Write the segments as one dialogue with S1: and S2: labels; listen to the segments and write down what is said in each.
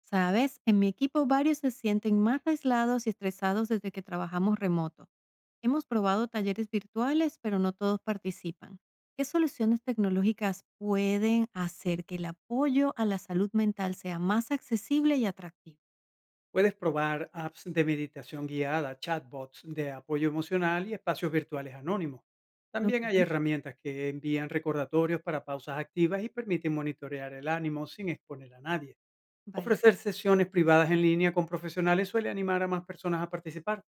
S1: Sabes, en mi equipo varios se sienten más aislados y estresados desde que trabajamos remoto. Hemos probado talleres virtuales, pero no todos participan. ¿Qué soluciones tecnológicas pueden hacer que el apoyo a la salud mental sea más accesible y atractivo?
S2: Puedes probar apps de meditación guiada, chatbots de apoyo emocional y espacios virtuales anónimos. También hay
S1: Ok.
S2: herramientas que envían recordatorios para pausas activas y permiten monitorear el ánimo sin exponer a nadie.
S1: Vale.
S2: Ofrecer sesiones privadas en línea con profesionales suele animar a más personas a participar.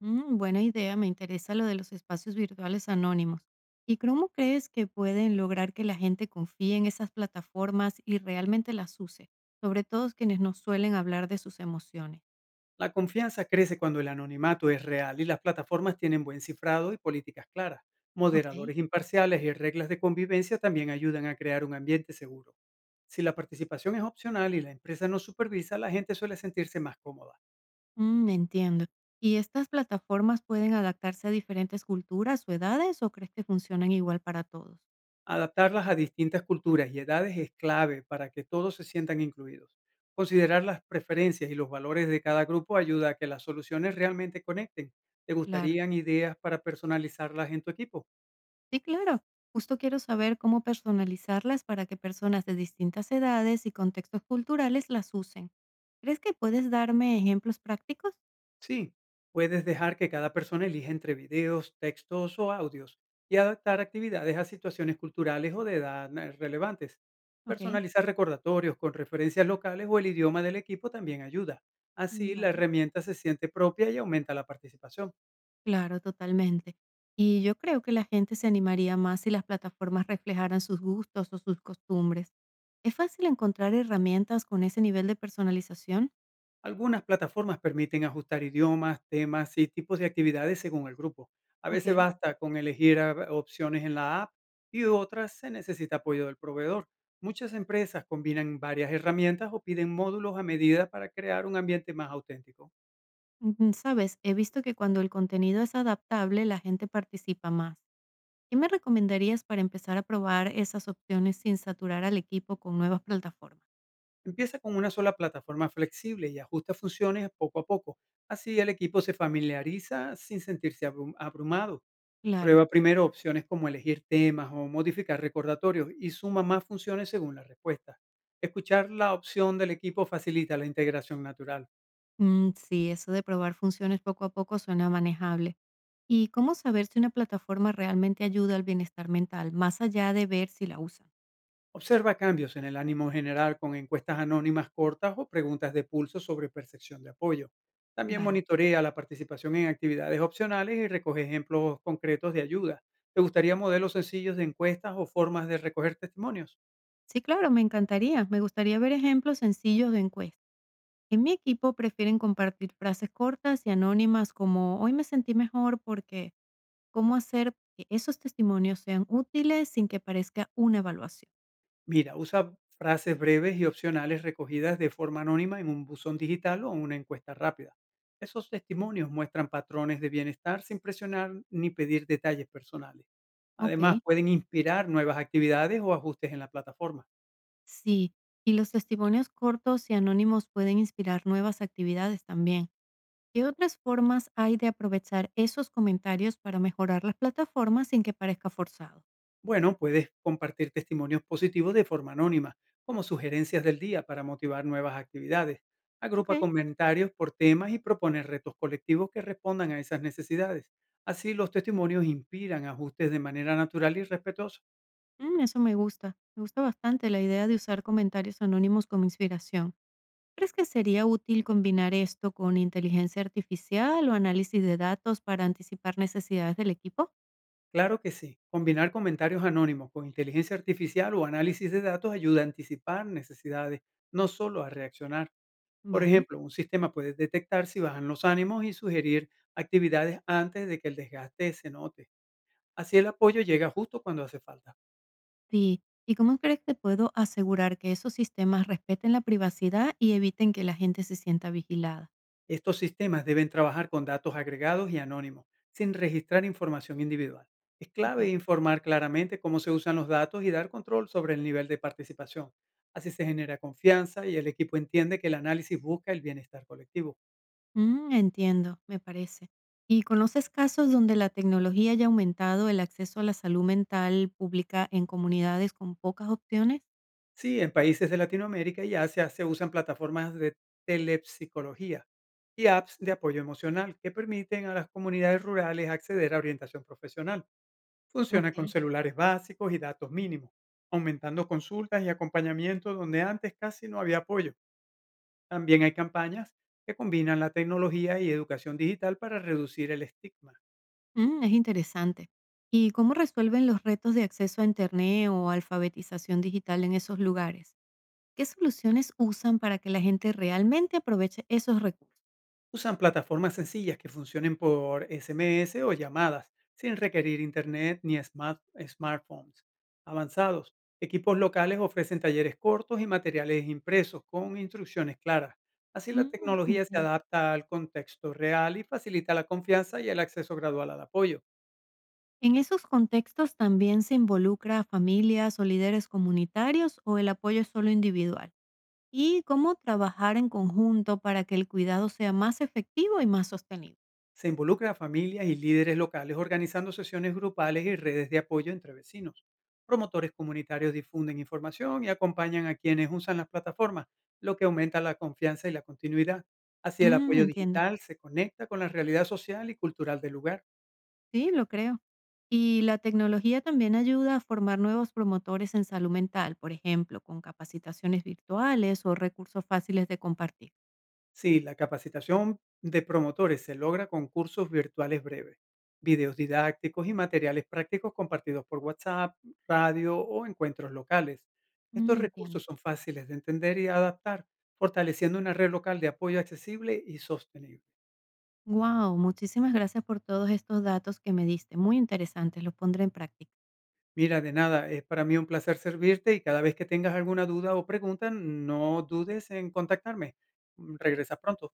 S1: Mm, buena idea, me interesa lo de los espacios virtuales anónimos. ¿Y cómo crees que pueden lograr que la gente confíe en esas plataformas y realmente las use? Sobre todo quienes no suelen hablar de sus emociones.
S2: La confianza crece cuando el anonimato es real y las plataformas tienen buen cifrado y políticas claras.
S1: Okey.
S2: Moderadores imparciales y reglas de convivencia también ayudan a crear un ambiente seguro. Si la participación es opcional y la empresa no supervisa, la gente suele sentirse más cómoda.
S1: Mm, entiendo. ¿Y estas plataformas pueden adaptarse a diferentes culturas o edades, o crees que funcionan igual para todos?
S2: Adaptarlas a distintas culturas y edades es clave para que todos se sientan incluidos. Considerar las preferencias y los valores de cada grupo ayuda a que las soluciones realmente conecten. ¿Te
S1: Claro.
S2: gustarían ideas para personalizarlas en tu equipo?
S1: Sí, claro. Justo quiero saber cómo personalizarlas para que personas de distintas edades y contextos culturales las usen. ¿Crees que puedes darme ejemplos prácticos?
S2: Sí, puedes dejar que cada persona elija entre videos, textos o audios y adaptar actividades a situaciones culturales o de edad relevantes.
S1: Okey.
S2: Personalizar recordatorios con referencias locales o el idioma del equipo también ayuda. Así la
S1: Vale.
S2: herramienta se siente propia y aumenta la participación.
S1: Claro, totalmente. Y yo creo que la gente se animaría más si las plataformas reflejaran sus gustos o sus costumbres. ¿Es fácil encontrar herramientas con ese nivel de personalización?
S2: Algunas plataformas permiten ajustar idiomas, temas y tipos de actividades según el grupo. A veces
S1: Ok.
S2: basta con elegir opciones en la app y otras se necesita apoyo del proveedor. Muchas empresas combinan varias herramientas o piden módulos a medida para crear un ambiente más auténtico.
S1: Mm, mm, sabes, he visto que cuando el contenido es adaptable, la gente participa más. ¿Qué me recomendarías para empezar a probar esas opciones sin saturar al equipo con nuevas plataformas?
S2: Empieza con una sola plataforma flexible y ajusta funciones poco a poco. Así el equipo se familiariza sin sentirse abrumado.
S1: Claro.
S2: Prueba primero opciones como elegir temas o modificar recordatorios y suma más funciones según la respuesta. Escuchar la opción del equipo facilita la integración natural.
S1: Mm, sí, eso de probar funciones poco a poco suena manejable. ¿Y cómo saber si una plataforma realmente ayuda al bienestar mental, más allá de ver si la usan?
S2: Observa cambios en el ánimo general con encuestas anónimas cortas o preguntas de pulso sobre percepción de apoyo. También
S1: Vale.
S2: monitorea la participación en actividades opcionales y recoge ejemplos concretos de ayuda. ¿Te gustaría modelos sencillos de encuestas o formas de recoger testimonios?
S1: Sí, claro, me encantaría. Me gustaría ver ejemplos sencillos de encuestas. En mi equipo prefieren compartir frases cortas y anónimas como hoy me sentí mejor porque, cómo hacer que esos testimonios sean útiles sin que parezca una evaluación.
S2: Mira, usa frases breves y opcionales recogidas de forma anónima en un buzón digital o una encuesta rápida. Esos testimonios muestran patrones de bienestar sin presionar ni pedir detalles personales.
S1: Ok,
S2: Además, pueden inspirar nuevas actividades o ajustes en la plataforma.
S1: sí. Y los testimonios cortos y anónimos pueden inspirar nuevas actividades también. ¿Qué otras formas hay de aprovechar esos comentarios para mejorar las plataformas sin que parezca forzado?
S2: Bueno, puedes compartir testimonios positivos de forma anónima, como sugerencias del día para motivar nuevas actividades.
S1: Ok,
S2: Agrupa comentarios por temas y propone retos colectivos que respondan a esas necesidades. Así los testimonios inspiran ajustes de manera natural y respetuosa.
S1: mm, eso me gusta. Me gusta bastante la idea de usar comentarios anónimos como inspiración. ¿Crees que sería útil combinar esto con inteligencia artificial o análisis de datos para anticipar necesidades del equipo?
S2: Claro que sí. Combinar comentarios anónimos con inteligencia artificial o análisis de datos ayuda a anticipar necesidades, no solo a reaccionar. Por
S1: Vale.
S2: ejemplo, un sistema puede detectar si bajan los ánimos y sugerir actividades antes de que el desgaste se note. Así el apoyo llega justo cuando hace falta.
S1: Sí. ¿Y cómo crees que puedo asegurar que esos sistemas respeten la privacidad y eviten que la gente se sienta vigilada?
S2: Estos sistemas deben trabajar con datos agregados y anónimos, sin registrar información individual. Es clave
S1: Ok.
S2: informar claramente cómo se usan los datos y dar control sobre el nivel de participación. Así se genera confianza y el equipo entiende que el análisis busca el bienestar colectivo.
S1: Mm, entiendo, me parece. ¿Y conoces casos donde la tecnología haya aumentado el acceso a la salud mental pública en comunidades con pocas opciones?
S2: Sí, en países de Latinoamérica y Asia se usan plataformas de telepsicología y apps de apoyo emocional que permiten a las comunidades rurales acceder a orientación profesional. Funciona
S1: Ok.
S2: con celulares básicos y datos mínimos, aumentando consultas y acompañamiento donde antes casi no había apoyo. También hay campañas que combinan la tecnología y educación digital para reducir el estigma.
S1: Mm, es interesante. ¿Y cómo resuelven los retos de acceso a Internet o alfabetización digital en esos lugares? ¿Qué soluciones usan para que la gente realmente aproveche esos recursos?
S2: Usan plataformas sencillas que funcionen por SMS o llamadas, sin requerir internet ni smartphones. Avanzados, equipos locales ofrecen talleres cortos y materiales impresos con instrucciones claras. Así la
S1: Mm,
S2: tecnología se
S1: entiendo.
S2: adapta al contexto real y facilita la confianza y el acceso gradual al apoyo.
S1: ¿En esos contextos también se involucra a familias o líderes comunitarios o el apoyo es solo individual? Y cómo trabajar en conjunto para que el cuidado sea más efectivo y más sostenido.
S2: Se involucra a familias y líderes locales organizando sesiones grupales y redes de apoyo entre vecinos. Promotores comunitarios difunden información y acompañan a quienes usan las plataformas, lo que aumenta la confianza y la continuidad. Así el
S1: Mm,
S2: apoyo
S1: entiendo.
S2: digital se conecta con la realidad social y cultural del lugar.
S1: Sí, lo creo. Y la tecnología también ayuda a formar nuevos promotores en salud mental, por ejemplo, con capacitaciones virtuales o recursos fáciles de compartir.
S2: Sí, la capacitación de promotores se logra con cursos virtuales breves, videos didácticos y materiales prácticos compartidos por WhatsApp, radio o encuentros locales.
S1: Mm,
S2: Estos
S1: entiendo.
S2: recursos son fáciles de entender y adaptar, fortaleciendo una red local de apoyo accesible y sostenible.
S1: Wow, muchísimas gracias por todos estos datos que me diste. Muy interesantes, los pondré en práctica.
S2: Mira, de nada, es para mí un placer servirte y cada vez que tengas alguna duda o pregunta, no dudes en contactarme. Mm, regresa pronto.